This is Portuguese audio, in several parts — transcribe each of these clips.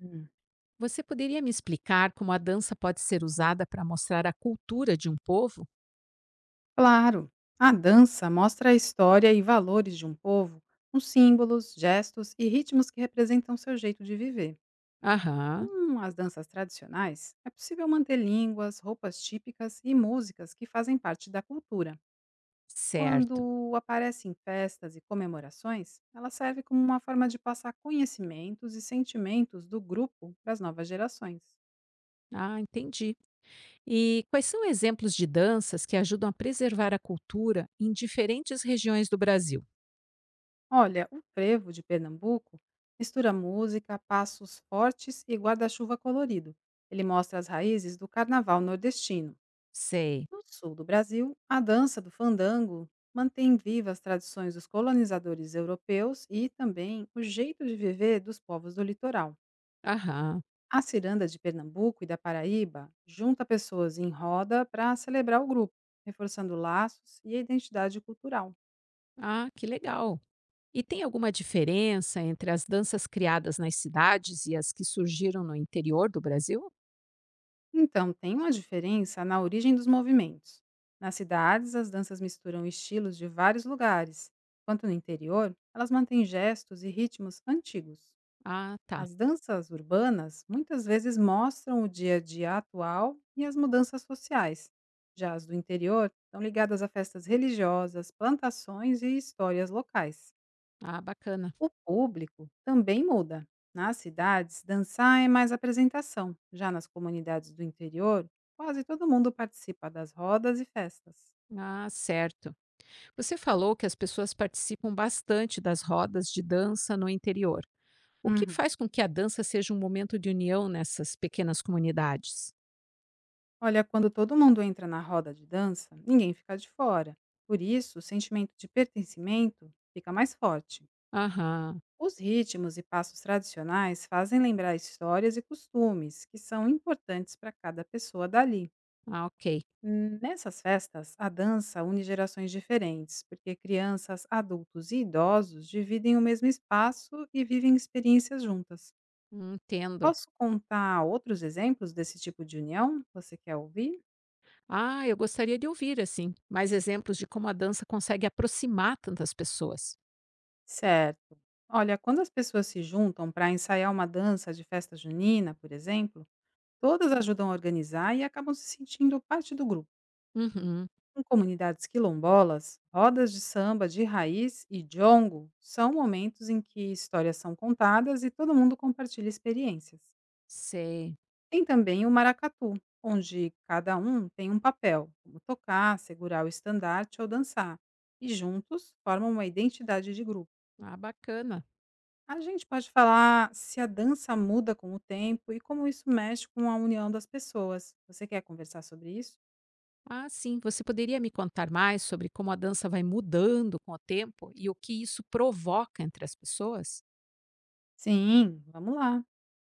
Hum, Você poderia me explicar como a dança pode ser usada para mostrar a cultura de um povo? Claro, a dança mostra a história e valores de um povo, com símbolos, gestos e ritmos que representam seu jeito de viver. Aham, Com as danças tradicionais, é possível manter línguas, roupas típicas e músicas que fazem parte da cultura. certo. Quando aparece em festas e comemorações, ela serve como uma forma de passar conhecimentos e sentimentos do grupo para as novas gerações. Ah, entendi. E quais são exemplos de danças que ajudam a preservar a cultura em diferentes regiões do Brasil? Olha, o frevo de Pernambuco mistura música, passos fortes e guarda-chuva colorido. Ele mostra as raízes do carnaval nordestino. Sei. No sul do Brasil, a dança do fandango mantém viva as tradições dos colonizadores europeus e também o jeito de viver dos povos do litoral. Aham. A ciranda de Pernambuco e da Paraíba junta pessoas em roda para celebrar o grupo, reforçando laços e a identidade cultural. Ah, que legal. E tem alguma diferença entre as danças criadas nas cidades e as que surgiram no interior do Brasil? Então, tem uma diferença na origem dos movimentos. Nas cidades, as danças misturam estilos de vários lugares, enquanto no interior, elas mantêm gestos e ritmos antigos. Ah, tá. As danças urbanas muitas vezes mostram o dia a dia atual e as mudanças sociais. Já as do interior estão ligadas a festas religiosas, plantações e histórias locais. Ah, bacana. O público também muda. Nas cidades, dançar é mais apresentação. Já nas comunidades do interior, quase todo mundo participa das rodas e festas. Ah, certo. Você falou que as pessoas participam bastante das rodas de dança no interior. O que Uhum. faz com que a dança seja um momento de união nessas pequenas comunidades? Olha, quando todo mundo entra na roda de dança, ninguém fica de fora. Por isso, o sentimento de pertencimento fica mais forte. Aham, Os ritmos e passos tradicionais fazem lembrar histórias e costumes que são importantes para cada pessoa dali. ah, ok. Nessas festas, a dança une gerações diferentes, porque crianças, adultos e idosos dividem o mesmo espaço e vivem experiências juntas. Entendo. Posso contar outros exemplos desse tipo de união? Você quer ouvir? Ah, eu gostaria de ouvir, assim, mais exemplos de como a dança consegue aproximar tantas pessoas. Certo. Olha, quando as pessoas se juntam para ensaiar uma dança de festa junina, por exemplo, todas ajudam a organizar e acabam se sentindo parte do grupo. Uhum, Em comunidades quilombolas, rodas de samba de raiz e jongo são momentos em que histórias são contadas e todo mundo compartilha experiências. sei. Tem também o maracatu, onde cada um tem um papel, como tocar, segurar o estandarte ou dançar, e juntos formam uma identidade de grupo. Ah, bacana. A gente pode falar se a dança muda com o tempo e como isso mexe com a união das pessoas. Você quer conversar sobre isso? Ah, sim, você poderia me contar mais sobre como a dança vai mudando com o tempo e o que isso provoca entre as pessoas? Sim, vamos lá.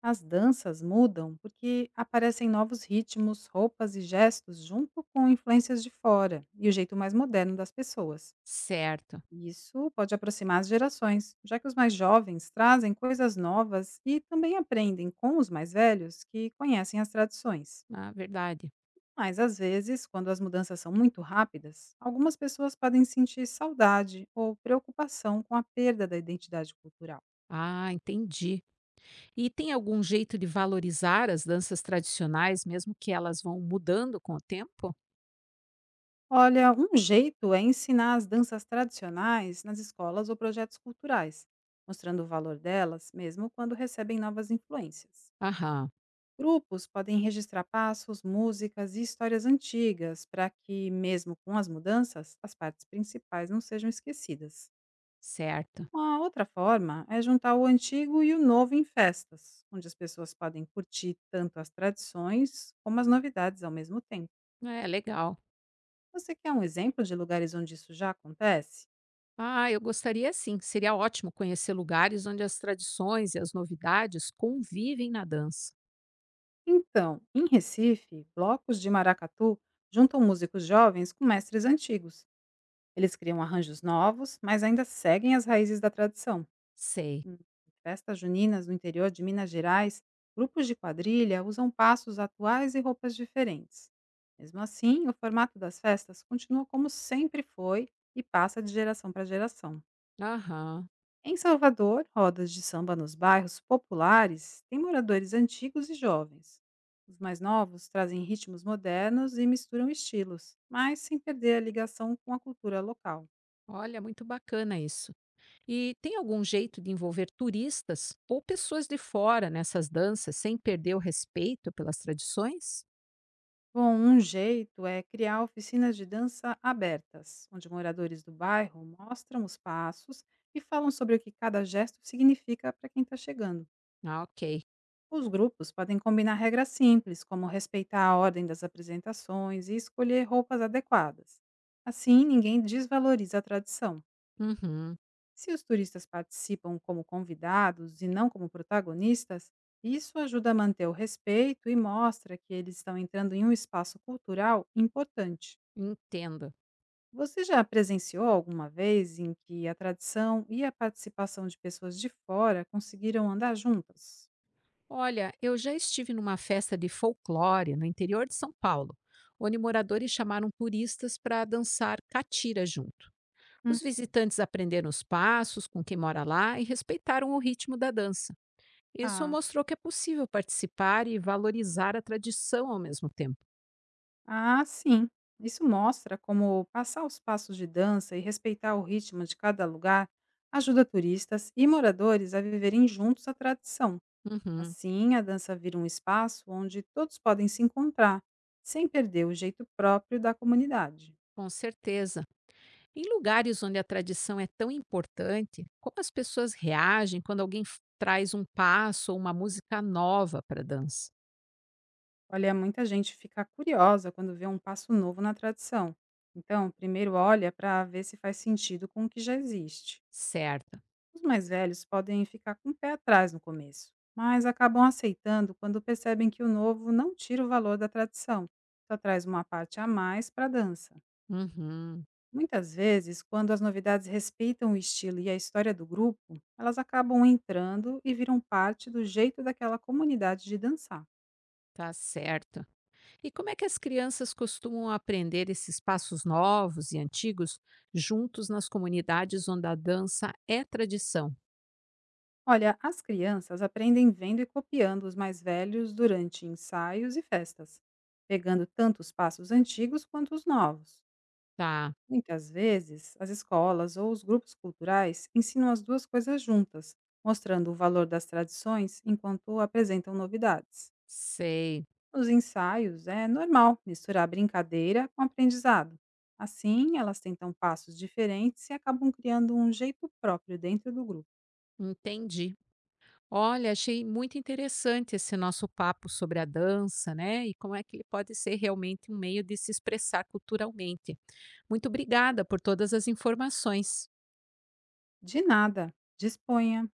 As danças mudam porque aparecem novos ritmos, roupas e gestos junto com influências de fora e o jeito mais moderno das pessoas. Certo. Isso pode aproximar as gerações, já que os mais jovens trazem coisas novas e também aprendem com os mais velhos que conhecem as tradições. Ah, verdade. Mas às vezes, quando as mudanças são muito rápidas, algumas pessoas podem sentir saudade ou preocupação com a perda da identidade cultural. Ah, entendi. E tem algum jeito de valorizar as danças tradicionais, mesmo que elas vão mudando com o tempo? Olha, um jeito é ensinar as danças tradicionais nas escolas ou projetos culturais, mostrando o valor delas, mesmo quando recebem novas influências. Aham, Grupos podem registrar passos, músicas e histórias antigas para que, mesmo com as mudanças, as partes principais não sejam esquecidas. certo. Uma outra forma é juntar o antigo e o novo em festas, onde as pessoas podem curtir tanto as tradições como as novidades ao mesmo tempo. É, legal. Você quer um exemplo de lugares onde isso já acontece? Ah, eu gostaria sim. Seria ótimo conhecer lugares onde as tradições e as novidades convivem na dança. Então, em Recife, blocos de maracatu juntam músicos jovens com mestres antigos. Eles criam arranjos novos, mas ainda seguem as raízes da tradição. Sei. Em festas juninas no interior de Minas Gerais, grupos de quadrilha usam passos atuais e roupas diferentes. Mesmo assim, o formato das festas continua como sempre foi e passa de geração para geração. Aham. Em Salvador, rodas de samba nos bairros populares têm moradores antigos e jovens. Os mais novos trazem ritmos modernos e misturam estilos, mas sem perder a ligação com a cultura local. Olha, muito bacana isso. E tem algum jeito de envolver turistas ou pessoas de fora nessas danças sem perder o respeito pelas tradições? Bom, um jeito é criar oficinas de dança abertas, onde moradores do bairro mostram os passos e falam sobre o que cada gesto significa para quem está chegando. Ah, ok. Os grupos podem combinar regras simples, como respeitar a ordem das apresentações e escolher roupas adequadas. Assim, ninguém desvaloriza a tradição. Uhum. Se os turistas participam como convidados e não como protagonistas, isso ajuda a manter o respeito e mostra que eles estão entrando em um espaço cultural importante. Entendo. Você já presenciou alguma vez em que a tradição e a participação de pessoas de fora conseguiram andar juntas? Olha, eu já estive numa festa de folclore no interior de São Paulo, onde moradores chamaram turistas para dançar catira junto. Hum, Os visitantes aprenderam os passos com quem mora lá e respeitaram o ritmo da dança. Isso Ah, mostrou que é possível participar e valorizar a tradição ao mesmo tempo. Ah, sim. Isso mostra como passar os passos de dança e respeitar o ritmo de cada lugar ajuda turistas e moradores a viverem juntos a tradição. Uhum, Assim, a dança vira um espaço onde todos podem se encontrar, sem perder o jeito próprio da comunidade. com certeza. Em lugares onde a tradição é tão importante, como as pessoas reagem quando alguém traz um passo ou uma música nova para a dança? Olha, muita gente fica curiosa quando vê um passo novo na tradição. Então, primeiro olha para ver se faz sentido com o que já existe. Certo. Os mais velhos podem ficar com o pé atrás no começo, mas acabam aceitando quando percebem que o novo não tira o valor da tradição, só traz uma parte a mais para a dança. Uhum, Muitas vezes, quando as novidades respeitam o estilo e a história do grupo, elas acabam entrando e viram parte do jeito daquela comunidade de dançar. tá certo. E como é que as crianças costumam aprender esses passos novos e antigos juntos nas comunidades onde a dança é tradição? Olha, as crianças aprendem vendo e copiando os mais velhos durante ensaios e festas, pegando tanto os passos antigos quanto os novos. Tá, Muitas vezes, as escolas ou os grupos culturais ensinam as duas coisas juntas, mostrando o valor das tradições enquanto apresentam novidades. sei, Nos ensaios, é normal misturar brincadeira com aprendizado. Assim, elas tentam passos diferentes e acabam criando um jeito próprio dentro do grupo. entendi. Olha, achei muito interessante esse nosso papo sobre a dança, né? E como é que ele pode ser realmente um meio de se expressar culturalmente. Muito obrigada por todas as informações. De nada, disponha!